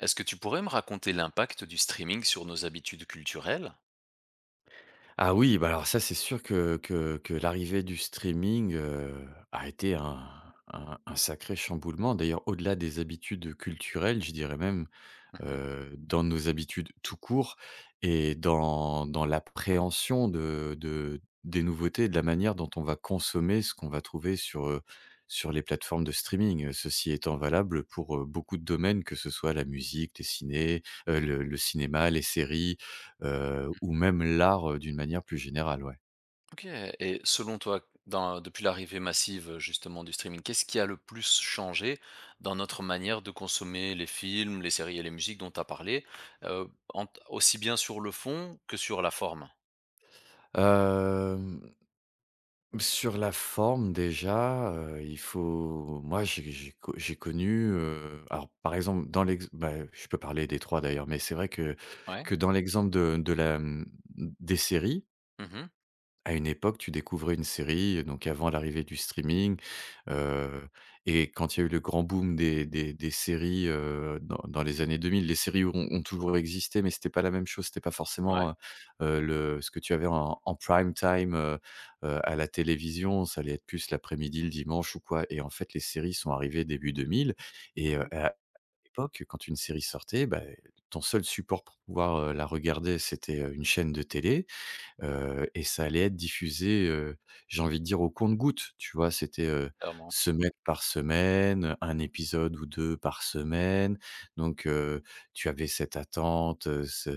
Est-ce que tu pourrais me raconter l'impact du streaming sur nos habitudes culturelles? Ah oui, bah, alors ça, c'est sûr que l'arrivée du streaming, a été un sacré chamboulement. D'ailleurs, au-delà des habitudes culturelles, je dirais même, Mmh. Dans nos habitudes tout court, et dans l'appréhension de des nouveautés et de la manière dont on va consommer ce qu'on va trouver sur les plateformes de streaming. Ceci étant valable pour, beaucoup de domaines, que ce soit la musique, le cinéma, les séries, ou même l'art, d'une manière plus générale, ouais. OK, et selon toi, dans depuis l'arrivée massive, justement du streaming, qu'est-ce qui a le plus changé dans notre manière de consommer les films, les séries et les musiques dont tu as parlé? En aussi bien sur le fond que sur la forme? Hem Sur la forme déjà, il faut moi j'ai connu, alors par exemple dans l'ex bah, je peux parler des 3 d'ailleurs, mais c'est vrai que Ouais. que dans l'exemple des séries, Mmh. à une époque, tu découvrais une série, donc avant l'arrivée du streaming. heu et quand il y a eu le grand boom des séries, dans les années 2000, les séries ont toujours existé, mais c'était pas la même chose. C'était pas Ouais. forcément, le ce que tu avais en prime time, à la télévision. Ça allait être plus l'après-midi, le dimanche ou quoi, et en fait, les séries sont arrivées début 2000. Et Mmh. à l'époque, quand une série sortait, bah, ton seul support pour pouvoir, la regarder, c'était, une chaîne de télé. Et ça allait être diffusé, j'ai envie de dire au compte goutte, tu vois? C'était, Clairement. semaine par semaine, un épisode ou 2 par semaine. Donc tu avais cette attente, ce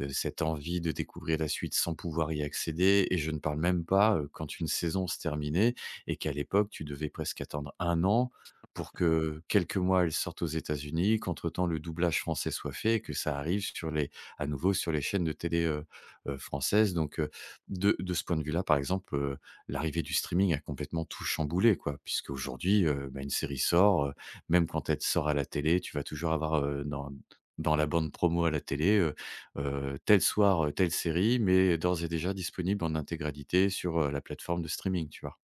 cette envie de découvrir la suite sans pouvoir y accéder, et je ne parle même pas, quand une saison se terminait et qu'à l'époque, tu devais presque attendre un an pour que, quelques mois, elle sorte aux États-Unis, qu'entre-temps le doublage français soit fait et que ça arrive sur les à nouveau sur les chaînes de télé, françaises. Donc de ce point de vue-là, par exemple, l'arrivée du streaming a complètement tout chamboulé, quoi. Puisqu'aujourd'hui, bah, une série sort, même quand elle sort à la télé, tu vas toujours avoir, dans la bande promo à la télé, tel soir, telle série, mais d'ores et déjà disponible en intégralité sur, la plateforme de streaming, tu vois?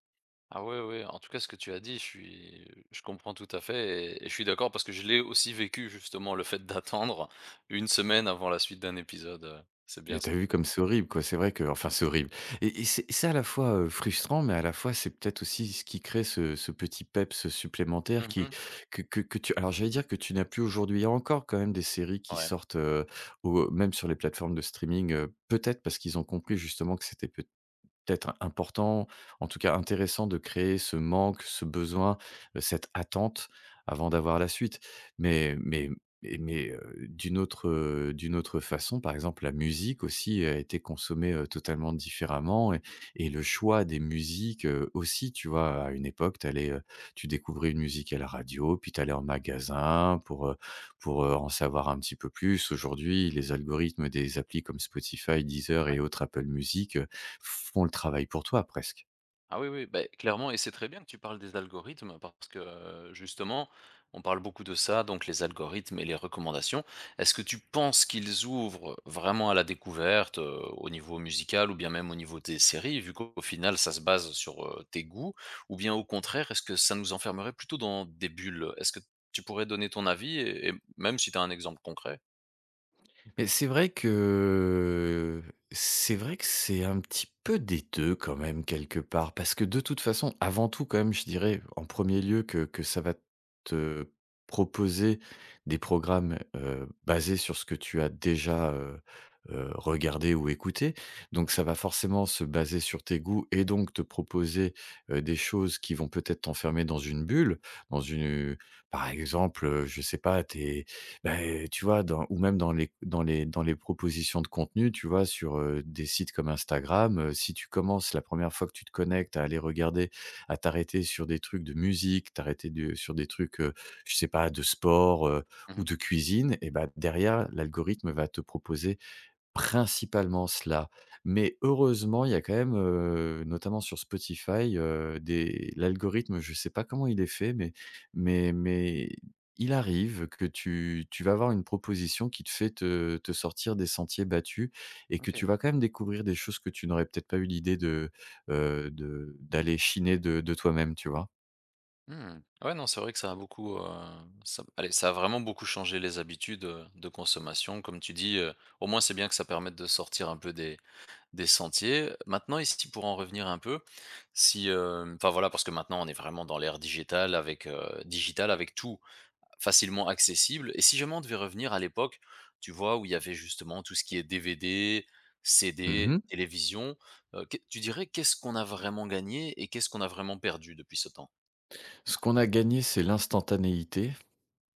Ah ouais, ouais, en tout cas, ce que tu as dit, je comprends tout à fait et je suis d'accord parce que je l'ai aussi vécu justement, le fait d'attendre une semaine avant la suite d'un épisode, c'est bien Et ça. t'as vu comme c'est horrible, quoi. C'est vrai que, enfin, c'est horrible, et c'est à la fois, frustrant, mais à la fois, c'est peut-être aussi ce qui crée ce petit peps supplémentaire qui Mmh. Que tu alors j'allais dire que tu n'as plus aujourd'hui. Il y a encore quand même des séries qui Ouais, sortent, au même sur les plateformes de streaming, peut-être parce qu'ils ont compris justement que c'était peut-être important, en tout cas intéressant de créer ce manque, ce besoin, cette attente avant d'avoir la suite. Mais mais mais d'une autre façon, par exemple, la musique aussi a été consommée, totalement différemment. Et le choix des musiques, aussi, tu vois? À une époque, tu découvrais une musique à la radio, puis tu allais en magasin pour, en savoir un petit peu plus. Aujourd'hui, les algorithmes des applis comme Spotify, Deezer ouais. et autres Apple Music font le travail pour toi presque. Ah oui, oui, ben clairement et c'est très bien que tu parles des algorithmes parce que, justement, on parle beaucoup de ça, donc les algorithmes et les recommandations. Est-ce que tu penses qu'ils ouvrent vraiment à la découverte, au niveau musical ou bien même au niveau des séries, vu qu'au final ça se base sur, tes goûts? Ou bien au contraire, est-ce que ça nous enfermerait plutôt dans des bulles? Est-ce que tu pourrais donner ton avis et même si tu as un exemple concret? Mais c'est vrai que c'est un petit peu des 2 quand même quelque part, parce que de toute façon, avant tout quand même, je dirais en premier lieu que ça va te proposer des programmes, basés sur ce que tu as déjà, regardé ou écouté. Donc ça va forcément se baser sur tes goûts et donc te proposer, des choses qui vont peut-être t'enfermer dans une bulle, dans une par exemple, je sais pas, tes beh, tu vois, dans ou même dans les propositions de contenu, tu vois, sur, des sites comme Instagram, si tu commences, la première fois que tu te connectes, à aller regarder, à t'arrêter sur des trucs de musique, t'arrêter de sur des trucs, je sais pas, de sport, ou Mmh. de cuisine, et ben derrière l'algorithme va te proposer principalement cela. Mais heureusement, il y a quand même, notamment sur Spotify, des l'algorithme, je sais pas comment il est fait, mais il arrive que tu vas avoir une proposition qui te fait te sortir des sentiers battus, et que OK. tu vas quand même découvrir des choses que tu n'aurais peut-être pas eu l'idée de d'aller chiner de toi-même, tu vois? Mmh. Ouais, non, c'est vrai que ça a beaucoup, ça allez, ça a vraiment beaucoup changé les habitudes, de consommation. Comme tu dis, au moins, c'est bien que ça permette de sortir un peu des sentiers. Maintenant, ici pour en revenir un peu, si, enfin, voilà, parce que maintenant, on est vraiment dans l'ère digitale avec tout facilement accessible. Et si jamais on devait revenir à l'époque, tu vois, où il y avait justement tout ce qui est DVD, CD, Mmh. télévision, qu'est tu dirais qu'est-ce qu'on a vraiment gagné et qu'est-ce qu'on a vraiment perdu depuis ce temps? Ce qu'on a gagné, c'est l'instantanéité.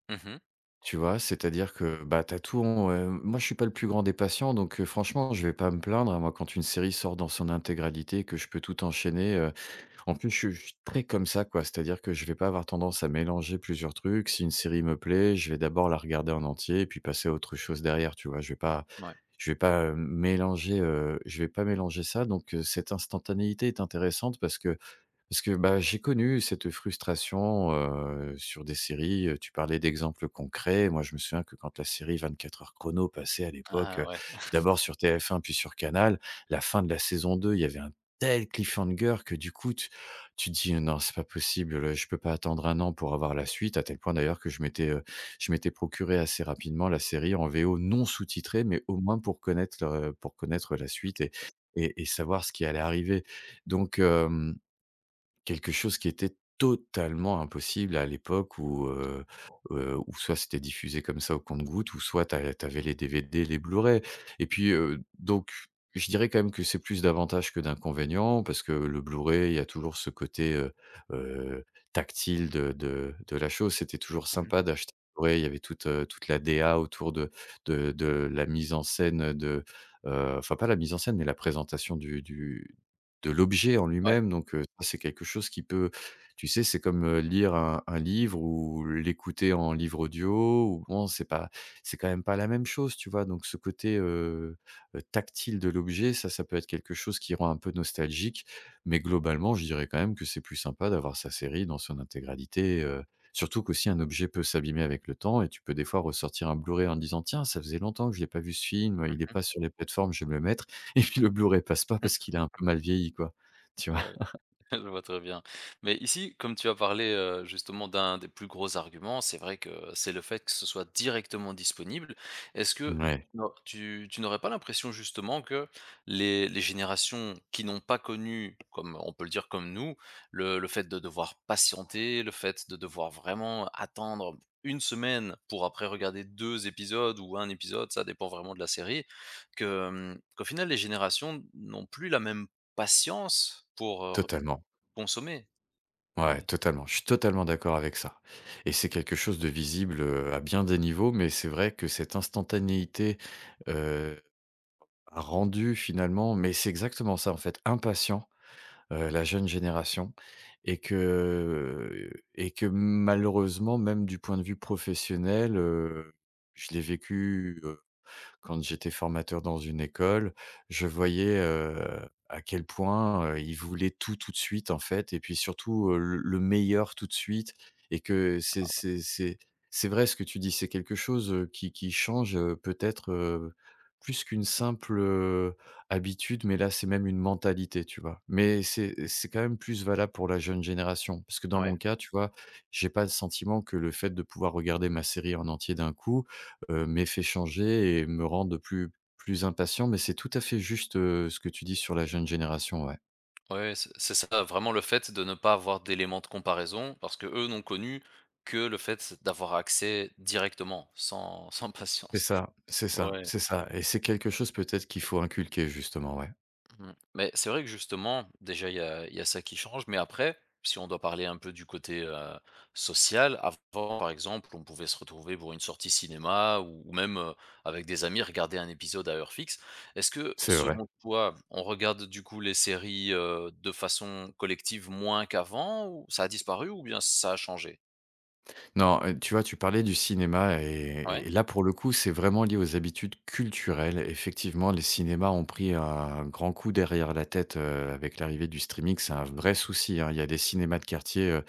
Mmh. Tu vois? C'est-à-dire que, bah, t'as tout en, moi je suis pas le plus grand des patients, donc franchement je vais pas me plaindre, hein. Moi quand une série sort dans son intégralité, que je peux tout enchaîner, en plus je suis très comme ça, quoi. C'est-à-dire que je vais pas avoir tendance à mélanger plusieurs trucs. Si une série me plaît, je vais d'abord la regarder en entier et puis passer à autre chose derrière, tu vois? Ouais. Je vais pas, mélanger, je vais pas mélanger ça, donc cette instantanéité est intéressante parce que, bah, j'ai connu cette frustration, sur des séries, tu parlais d'exemples concrets. Moi, je me souviens que quand la série 24 heures chrono passait à l'époque, Ah ouais. d'abord sur TF1 puis sur Canal, la fin de la saison 2, il y avait un tel cliffhanger que, du coup, tu te dis: «Non, c'est pas possible, je peux pas attendre un an pour avoir la suite», à tel point d'ailleurs que je m'étais procuré assez rapidement la série en VO non sous-titrée, mais au moins pour connaître la suite et savoir ce qui allait arriver. Donc, hem Quelque chose qui était totalement impossible à l'époque où soit c'était diffusé comme ça au compte-gouttes, ou soit tu avais les DVD, les Blu-ray, et puis, donc je dirais quand même que c'est plus d'avantages que d'inconvénients, parce que le Blu-ray, il y a toujours ce côté, heu, tactile de la chose. C'était toujours Mmh. sympa d'acheter un Blu-ray, il y avait toute, toute la DA autour de la mise en scène, de, enfin pas la mise en scène, mais la présentation du de l'objet en Ouais. lui-même. Donc ça, c'est quelque chose qui peut, tu sais, c'est comme, lire un livre ou l'écouter en livre audio ou bon, c'est pas, c'est quand même pas la même chose, tu vois? Donc ce côté, tactile de l'objet, ça peut être quelque chose qui rend un peu nostalgique, mais globalement, je dirais quand même que c'est plus sympa d'avoir sa série dans son intégralité, surtout qu'aussi un objet peut s'abîmer avec le temps et tu peux des fois ressortir un Blu-ray en disant: «Tiens, ça faisait longtemps que je l'ai pas vu ce film, il est Mmh. pas sur les plateformes, je vais me le mettre» et puis le Blu-ray passe pas parce qu'il a un peu mal vieilli, quoi, tu vois? Ouais, Je vois très bien. Mais ici, comme tu as parlé justement d'un des plus gros arguments, c'est vrai que c'est le fait que ce soit directement disponible. Est-ce que Ouais, non, tu n'aurais pas l'impression justement que les générations qui n'ont pas connu, comme on peut le dire comme nous, le fait de devoir patienter, le fait de devoir vraiment attendre une semaine pour après regarder deux épisodes ou un épisode, ça dépend vraiment de la série, qu'au final les générations n'ont plus la même patience pour euh, totalement. Consommer, Ouais, ouais. totalement. Je suis totalement d'accord avec ça, et c'est quelque chose de visible, à bien des niveaux, mais c'est vrai que cette instantanéité, euh, a rendu finalement, mais c'est exactement ça, en fait, impatient, la jeune génération. Et que malheureusement, même du point de vue professionnel, je l'ai vécu, quand j'étais formateur dans une école, je voyais, à quel point, ils voulaient tout, tout de suite, en fait, et puis surtout, le meilleur tout de suite. Et que c'est vrai ce que tu dis, c'est quelque chose, qui change, peut-être, plus qu'une simple, habitude, mais là, c'est même une mentalité, tu vois? Mais c'est quand même plus valable pour la jeune génération, parce que dans Ouais, mon cas, tu vois, j'ai pas le sentiment que le fait de pouvoir regarder ma série en entier d'un coup, m'aient fait changer et me rendent plus impatient, mais c'est tout à fait juste, ce que tu dis sur la jeune génération, ouais. ouais, c'est ça, vraiment le fait de ne pas avoir d'éléments de comparaison parce que eux n'ont connu que le fait d'avoir accès directement, sans sans C'est patience. ça, c'est ça, Ouais. c'est ça, et c'est quelque chose peut-être qu'il faut inculquer justement, ouais. Mmh. Mais c'est vrai que justement, déjà il y a ça qui change, mais après, si on doit parler un peu du côté, social, avant par exemple, on pouvait se retrouver pour une sortie cinéma ou même, avec des amis, regarder un épisode à heure fixe. Est-ce que C'est vrai. selon toi, on regarde du coup les séries, de façon collective moins qu'avant ou ça a disparu ou bien ça a changé? Non, tu vois, tu parlais du cinéma, Ouais? Et là, pour le coup, c'est vraiment lié aux habitudes culturelles. Effectivement, les cinémas ont pris un grand coup derrière la tête, avec l'arrivée du streaming. C'est un vrai souci, hein. Il y a des cinémas de quartier, euh,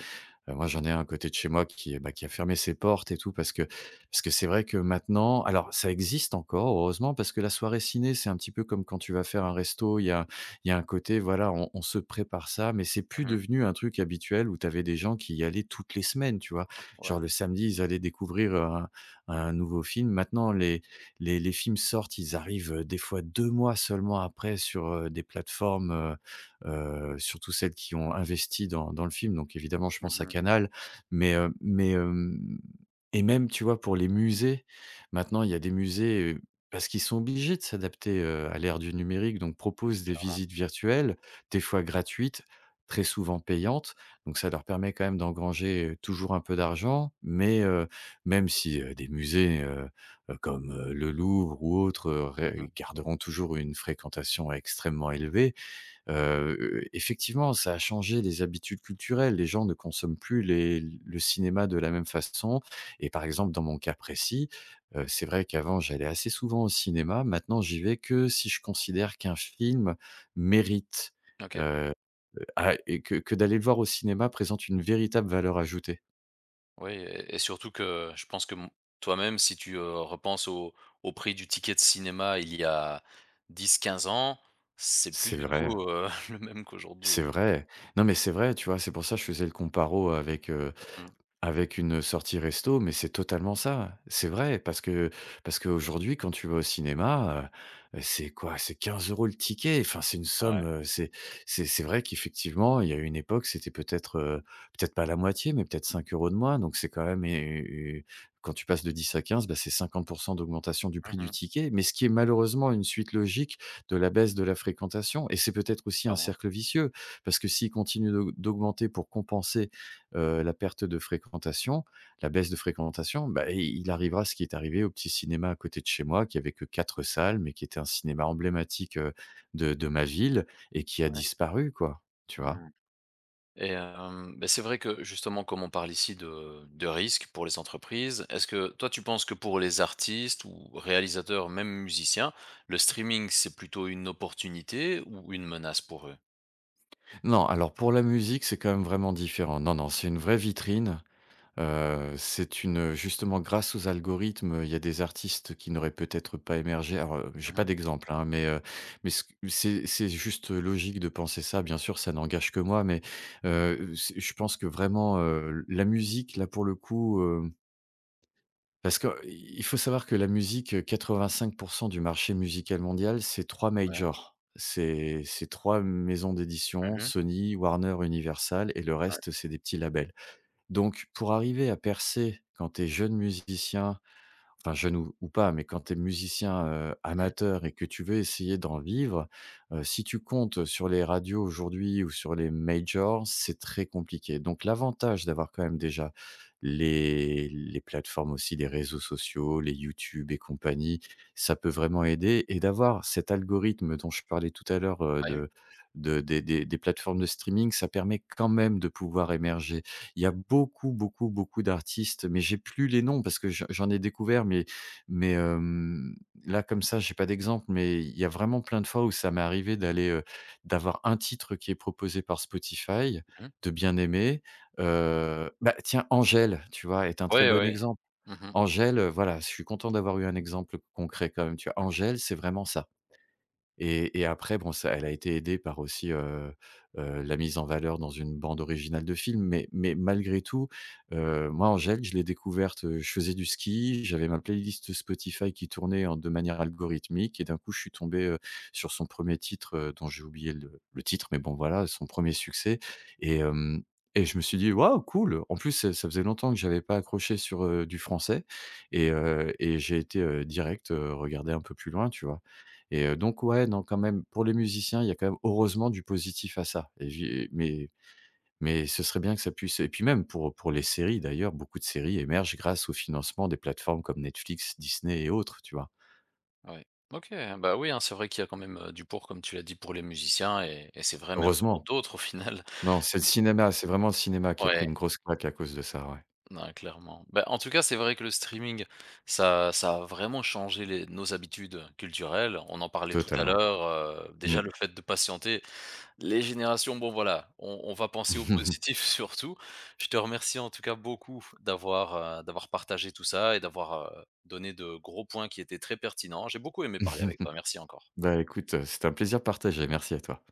Heu, moi, Mmh. j'en ai un à côté de chez moi qui, bah, qui a fermé ses portes et tout parce que c'est vrai que maintenant, alors, ça existe encore heureusement, parce que la soirée ciné, c'est un petit peu comme quand tu vas faire un resto, il y a un côté voilà, on se prépare ça, mais c'est plus Mmh. devenu un truc habituel où tu avais des gens qui y allaient toutes les semaines, tu vois? Ouais. Genre le samedi, ils allaient découvrir, un nouveau film. Maintenant les films sortent, ils arrivent, des fois, 2 mois seulement après, sur des plateformes, surtout celles qui ont investi dans le film, donc évidemment je pense à Mmh. Canal, mais hem et même, tu vois, pour les musées, maintenant il y a des musées, parce qu'ils sont obligés de s'adapter, à l'ère du numérique, donc proposent des Clairement. visites virtuelles, des fois gratuites, très souvent payantes, donc ça leur permet quand même d'engranger, toujours un peu d'argent, même si, des musées, comme, le Louvre ou autres, Mmh. ré garderont toujours une fréquentation extrêmement élevée. Effectivement, ça a changé les habitudes culturelles. Les gens ne consomment plus les le cinéma de la même façon, et par exemple, dans mon cas précis, c'est vrai qu'avant, j'allais assez souvent au cinéma. Maintenant, j'y vais que si je considère qu'un film mérite, OK. heu, et que d'aller le voir au cinéma présente une véritable valeur ajoutée. Oui et surtout que je pense que, toi-même, si tu, repenses au prix du ticket de cinéma il y a 10, 15 ans, c'est plus C'est du tout, vrai, le même qu'aujourd'hui. c'est vrai. Non, mais c'est vrai, tu vois? C'est pour ça que je faisais le comparo avec, heu Mmh. Avec une, sortie resto, mais c'est totalement ça. C'est vrai parce qu'aujourd'hui quand tu vas au cinéma, c'est quoi? C'est 15 euros le ticket, enfin c'est une somme, Ouais. C'est vrai qu'effectivement, il y a une époque, c'était peut-être, peut-être pas la moitié, mais peut-être 5 euros de moins, donc c'est quand même é é quand tu passes de 10 à 15, bah, c'est cinquante pour cent d'augmentation du prix du Mmh. ticket, mais ce qui est malheureusement une suite logique de la baisse de la fréquentation, et c'est peut-être aussi un Clairement. cercle vicieux, parce que s'il continue d'augmenter pour compenser la perte de fréquentation, la baisse de fréquentation, bah, i il arrivera ce qui est arrivé au petit cinéma à côté de chez moi, qui avait que 4 salles, mais qui était un cinéma emblématique, de ma ville, et qui a disparu, quoi, tu vois? Mmh. Et beh, c'est vrai que justement comme on parle ici de risques pour les entreprises, est-ce que toi tu penses que pour les artistes ou réalisateurs, même musiciens, le streaming c'est plutôt une opportunité ou une menace pour eux? Non, alors pour la musique, c'est quand même vraiment différent. Non, non, c'est une vraie vitrine. Justement, grâce aux algorithmes, il y a des artistes qui n'auraient peut-être pas émergé. Alors, j'ai pas Mmh. d'exemple, hein, mais ce c'est juste logique de penser ça. Bien sûr, ça n'engage que moi, mais, c'est je pense que vraiment, la musique, là, pour le coup, parce que, il faut savoir que la musique, 85 du marché musical mondial, c'est 3 Ouais. majors. C'est 3 maisons d'édition, Mmh. Sony, Warner, Universal, et le Ouais. reste, c'est des petits labels. Donc pour arriver à percer, quand tu es jeune musicien, enfin jeune ou pas, mais quand tu es musicien, Mmh. amateur, et que tu veux essayer d'en vivre, si tu comptes sur les radios aujourd'hui ou sur les majors, c'est très compliqué. Donc l'avantage d'avoir quand même déjà les plateformes aussi, les réseaux sociaux, les YouTube et compagnie, ça peut vraiment aider, et d'avoir cet algorithme dont je parlais tout à l'heure, Ouais. De des plateformes de streaming, ça permet quand même de pouvoir émerger. Il y a beaucoup, beaucoup, beaucoup d'artistes, mais j'ai plus les noms, parce que j'en ai découvert, mais mais hem, là, comme ça, j'ai pas d'exemple, mais il y a vraiment plein de fois où ça m'est arrivé d'avoir un titre qui est proposé par Spotify, Mmh. de bien aimer. Bah, tiens, Angèle, tu vois, est un très Ouais, bon ouais. exemple. Mmh. Angèle, voilà, je suis content d'avoir eu un exemple concret quand même, tu vois? Angèle, c'est vraiment ça. Et après, bon, ça, elle a été aidée par aussi, la mise en valeur dans une bande originale de film, mais malgré tout, moi, Angèle, je l'ai découverte, je faisais du ski, j'avais ma playlist Spotify qui tournait en de manière algorithmique, et d'un coup je suis tombé, sur son premier titre, dont j'ai oublié le titre, mais bon, voilà, son premier succès, et hem et je me suis dit: «Waouh, cool!» En plus, ça faisait longtemps que j'avais pas accroché sur, du français, et j'ai été, direct, regarder un peu plus loin, tu vois? Donc, ouais, non, quand même, pour les musiciens, il y a quand même heureusement du positif à ça, et j'ai mais ce serait bien que ça puisse, et puis même pour les séries d'ailleurs, beaucoup de séries émergent grâce au financement des plateformes comme Netflix, Disney et autres, tu vois? Ouais. OK, bah, oui, hein, c'est vrai qu'il y a quand même, du pour, comme tu l'as dit, pour les musiciens et c'est vrai même pour Heureusement. d'autres au final. Non, c'est le cinéma, c'est vraiment le cinéma qui a pris Ouais, une grosse claque à cause de ça, ouais. ouais, clairement. Bah, en tout cas, c'est vrai que le streaming, ça a vraiment changé les nos habitudes culturelles. On en parlait tout à Totalement. l'heure, Mmh. déjà le fait de patienter. Les générations, bon, voilà, on va penser au positif surtout. Je te remercie en tout cas beaucoup d'avoir, partagé tout ça et d'avoir, donné de gros points qui étaient très pertinents. J'ai beaucoup aimé parler avec toi. Merci encore. Bah, écoute, c'est un plaisir partagé. Merci à toi.